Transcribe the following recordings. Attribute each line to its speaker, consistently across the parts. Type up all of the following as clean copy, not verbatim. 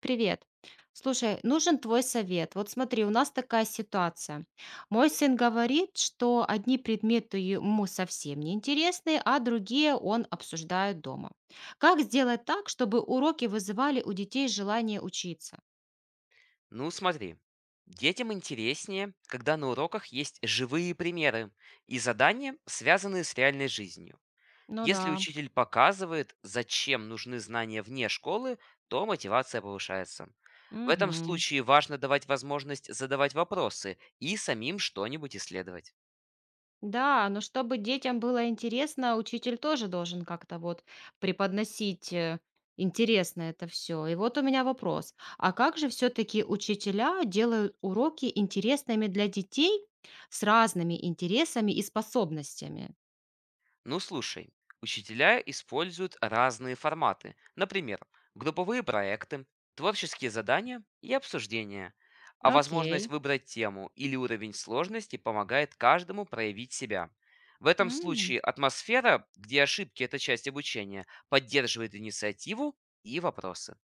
Speaker 1: Привет. Слушай, нужен твой совет. Вот смотри, у нас такая ситуация. Мой сын говорит, что одни предметы ему совсем не интересны, а другие он обсуждает дома. Как сделать так, чтобы уроки вызывали у детей желание учиться?
Speaker 2: Ну, смотри. Детям интереснее, когда на уроках есть живые примеры и задания, связанные с реальной жизнью.
Speaker 1: Ну
Speaker 2: Если
Speaker 1: да.
Speaker 2: учитель показывает, зачем нужны знания вне школы, то мотивация повышается. В этом случае важно давать возможность задавать вопросы и самим что-нибудь исследовать.
Speaker 1: Да, но чтобы детям было интересно, учитель тоже должен как-то вот преподносить интересно это все. И вот у меня вопрос. А как же все-таки учителя делают уроки интересными для детей с разными интересами и способностями?
Speaker 2: Ну слушай, учителя используют разные форматы. Например, групповые проекты, творческие задания и обсуждения. А возможность
Speaker 1: Окей.
Speaker 2: выбрать тему или уровень сложности помогает каждому проявить себя. В этом
Speaker 1: М,
Speaker 2: случае атмосфера, где ошибки– это часть обучения, поддерживает инициативу и вопросы.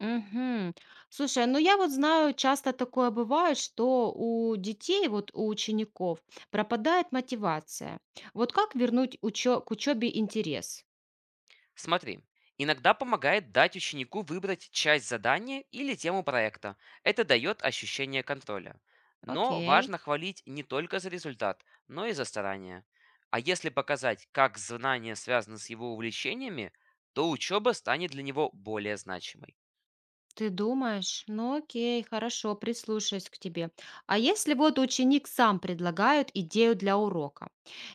Speaker 1: мгм. Слушай, ну я вот знаю, часто такое бывает, что у детей, вот у учеников пропадает мотивация. Вот как вернуть к учебе интерес?
Speaker 2: Смотри, иногда помогает дать ученику выбрать часть задания или тему проекта. Это дает ощущение контроля. Но
Speaker 1: Окей.
Speaker 2: важно хвалить не только за результат, но и за старания. А если показать, как знания связаны с его увлечениями, то учеба станет для него более значимой.
Speaker 1: Ты думаешь? Ну окей, хорошо, прислушаюсь к тебе. А если вот ученик сам предлагает идею для урока,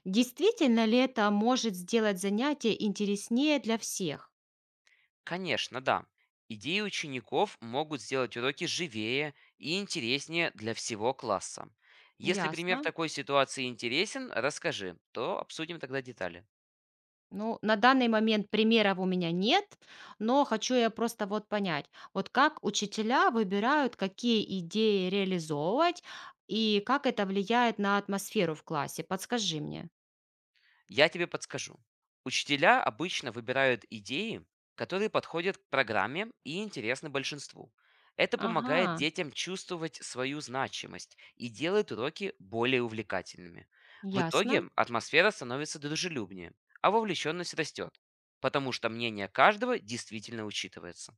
Speaker 1: действительно ли это может сделать занятие интереснее для всех?
Speaker 2: Конечно, да. Идеи учеников могут сделать уроки живее и интереснее для всего класса. Если пример
Speaker 1: Ясно.
Speaker 2: такой ситуации интересен, расскажи, то обсудим тогда детали.
Speaker 1: Ну, на данный момент примеров у меня нет, но хочу я просто вот понять, вот как учителя выбирают, какие идеи реализовывать и как это влияет на атмосферу в классе. Подскажи мне.
Speaker 2: Я тебе подскажу. Учителя обычно выбирают идеи, которые подходят к программе и интересны большинству. Это помогает
Speaker 1: Ага,
Speaker 2: детям чувствовать свою значимость и делает уроки более увлекательными. В
Speaker 1: ясно.
Speaker 2: итоге атмосфера становится дружелюбнее, а вовлеченность растет, потому что мнение каждого действительно учитывается.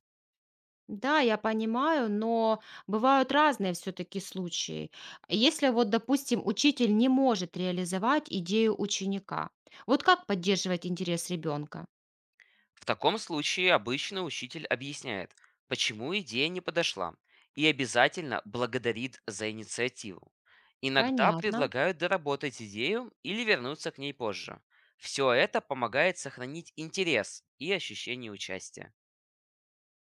Speaker 1: Да, я понимаю, но бывают разные все-таки случаи. Если вот, допустим, учитель не может реализовать идею ученика, вот как поддерживать интерес ребенка?
Speaker 2: В таком случае обычно учитель объясняет, почему идея не подошла, и обязательно благодарит за инициативу. Иногда
Speaker 1: Понятно.
Speaker 2: предлагают доработать идею или вернуться к ней позже. Все это помогает сохранить интерес и ощущение участия.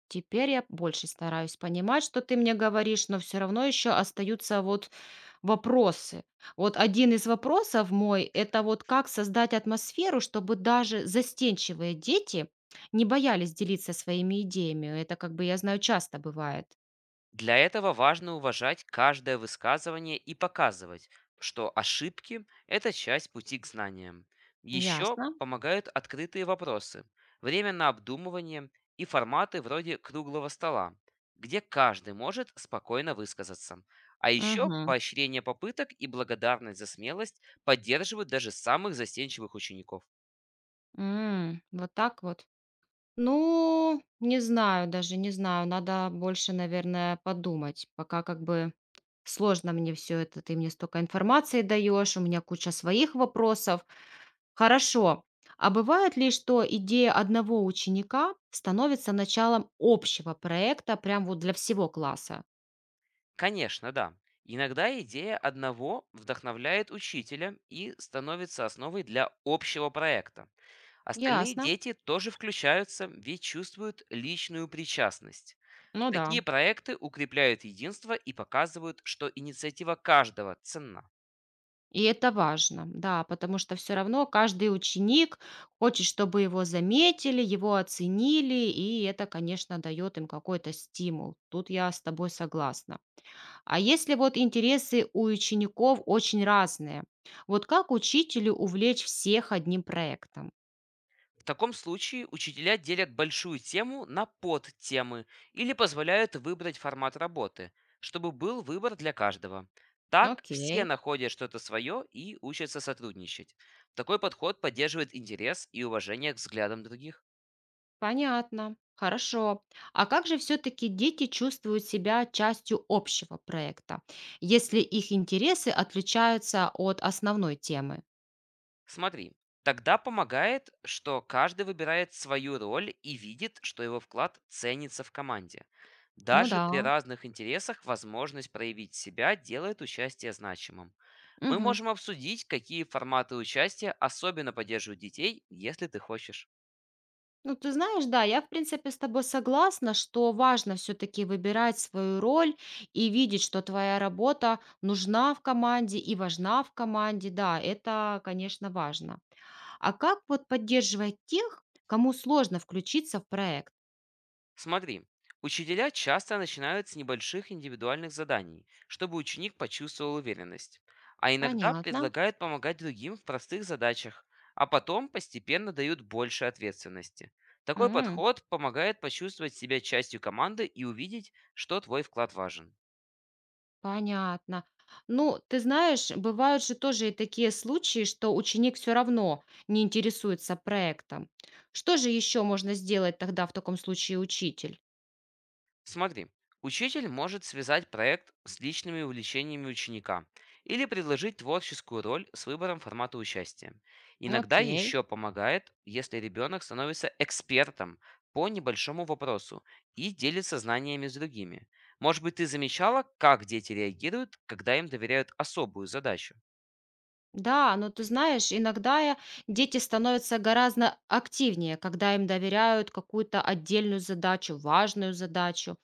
Speaker 1: Теперь я больше стараюсь понимать, что ты мне говоришь, но все равно еще остаются вот вопросы. Вот один из вопросов мой– это вот как создать атмосферу, чтобы даже застенчивые дети не боялись делиться своими идеями. Это как бы, я знаю, часто бывает.
Speaker 2: Для этого важно уважать каждое высказывание и показывать, что ошибки– это часть пути к знаниям. Еще
Speaker 1: Ясно.
Speaker 2: помогают открытые вопросы, время на обдумывание и форматы вроде круглого стола, где каждый может спокойно высказаться. А еще
Speaker 1: Мгм.
Speaker 2: поощрение попыток и благодарность за смелость поддерживают даже самых застенчивых учеников.
Speaker 1: М, вот так вот. Ну, не знаю даже, не знаю. Надо больше, наверное, подумать. Пока как бы сложно мне все это. Ты мне столько информации даешь, у меня куча своих вопросов. Хорошо. А бывает ли, что идея одного ученика становится началом общего проекта, прям вот для всего класса?
Speaker 2: Конечно, да. Иногда идея одного вдохновляет учителя и становится основой для общего проекта. Остальные
Speaker 1: Ясно.
Speaker 2: дети тоже включаются, ведь чувствуют личную причастность.
Speaker 1: Ну да.
Speaker 2: Такие проекты укрепляют единство и показывают, что инициатива каждого ценна.
Speaker 1: И это важно, да, потому что все равно каждый ученик хочет, чтобы его заметили, его оценили, и это, конечно, дает им какой-то стимул. Тут я с тобой согласна. А если вот интересы у учеников очень разные, вот как учителю увлечь всех одним проектом?
Speaker 2: В таком случае учителя делят большую тему на подтемы или позволяют выбрать формат работы, чтобы был выбор для каждого. Так все
Speaker 1: Окей,
Speaker 2: находят что-то свое и учатся сотрудничать. Такой подход поддерживает интерес и уважение к взглядам других.
Speaker 1: понятно. Хорошо. А как же все-таки дети чувствуют себя частью общего проекта, если их интересы отличаются от основной темы?
Speaker 2: Смотри, тогда помогает, что каждый выбирает свою роль и видит, что его вклад ценится в команде.
Speaker 1: Ну
Speaker 2: Даже
Speaker 1: да.
Speaker 2: при разных интересах возможность проявить себя делает участие значимым. Мы
Speaker 1: Мгм.
Speaker 2: можем обсудить, какие форматы участия особенно поддерживают детей, если ты хочешь.
Speaker 1: Ну, ты знаешь, да, я, в принципе, с тобой согласна, что важно все-таки выбирать свою роль и видеть, что твоя работа нужна в команде и важна в команде. Да, это, конечно, важно. А как вот поддерживать тех, кому сложно включиться в проект?
Speaker 2: Смотри, учителя часто начинают с небольших индивидуальных заданий, чтобы ученик почувствовал уверенность. А иногда
Speaker 1: Понятно.
Speaker 2: предлагают помогать другим в простых задачах, а потом постепенно дают больше ответственности. Такой
Speaker 1: М.
Speaker 2: подход помогает почувствовать себя частью команды и увидеть, что твой вклад важен.
Speaker 1: Понятно. Ну, ты знаешь, бывают же тоже и такие случаи, что ученик все равно не интересуется проектом. Что же еще можно сделать тогда в таком случае учитель?
Speaker 2: Смотри, учитель может связать проект с личными увлечениями ученика или предложить творческую роль с выбором формата участия. Иногда
Speaker 1: Окей.
Speaker 2: еще помогает, если ребенок становится экспертом по небольшому вопросу и делится знаниями с другими. Может быть, ты замечала, как дети реагируют, когда им доверяют особую задачу?
Speaker 1: Да, но ты знаешь, дети становятся гораздо активнее, когда им доверяют какую-то отдельную задачу, важную задачу.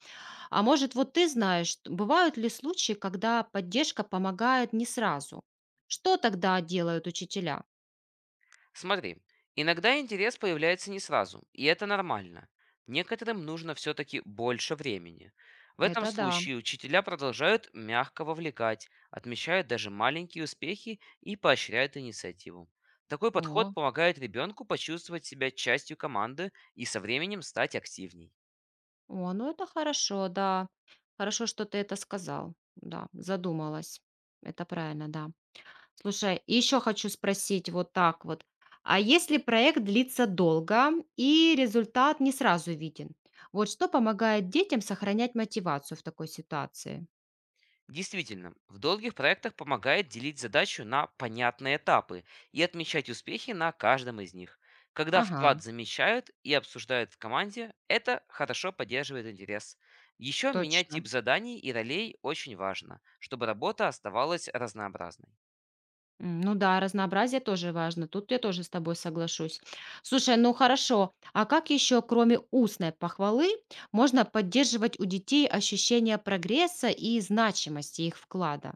Speaker 1: А может, вот ты знаешь, бывают ли случаи, когда поддержка помогает не сразу? Что тогда делают учителя?
Speaker 2: Смотри, иногда интерес появляется не сразу, и это нормально. Некоторым нужно все-таки больше времени. В этом
Speaker 1: Это да.
Speaker 2: случае учителя продолжают мягко вовлекать, отмечают даже маленькие успехи и поощряют инициативу. Такой подход
Speaker 1: О.
Speaker 2: помогает ребенку почувствовать себя частью команды и со временем стать активней.
Speaker 1: О, ну это хорошо, да. Хорошо, что ты это сказал. Да, задумалась. Это правильно, да. Слушай, еще хочу спросить вот так вот. А если проект длится долго и результат не сразу виден, вот что помогает детям сохранять мотивацию в такой ситуации?
Speaker 2: Действительно, в долгих проектах помогает делить задачу на понятные этапы и отмечать успехи на каждом из них. Когда
Speaker 1: Ага,
Speaker 2: вклад замечают и обсуждают в команде, это хорошо поддерживает интерес. Еще менять
Speaker 1: точно.
Speaker 2: тип заданий и ролей очень важно, чтобы работа оставалась разнообразной.
Speaker 1: М, ну да, разнообразие тоже важно. Тут я тоже с тобой соглашусь. Слушай, ну хорошо. А как еще, кроме устной похвалы, можно поддерживать у детей ощущение прогресса и значимости их вклада?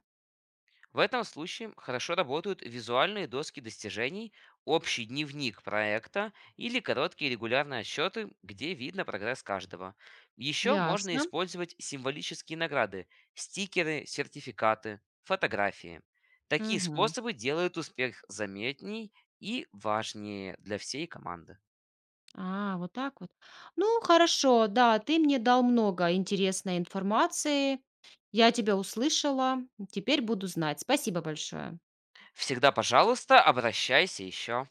Speaker 2: В этом случае хорошо работают визуальные доски достижений, общий дневник проекта или короткие регулярные отчеты, где видно прогресс каждого. Еще можно
Speaker 1: Ясно.
Speaker 2: использовать символические награды– стикеры, сертификаты, фотографии. Такие
Speaker 1: Мгм.
Speaker 2: способы делают успех заметней и важнее для всей команды.
Speaker 1: А, вот так вот. Ну хорошо, да, ты мне дал много интересной информации. Я тебя услышала. Теперь буду знать. Спасибо большое.
Speaker 2: Всегда, пожалуйста, обращайся еще.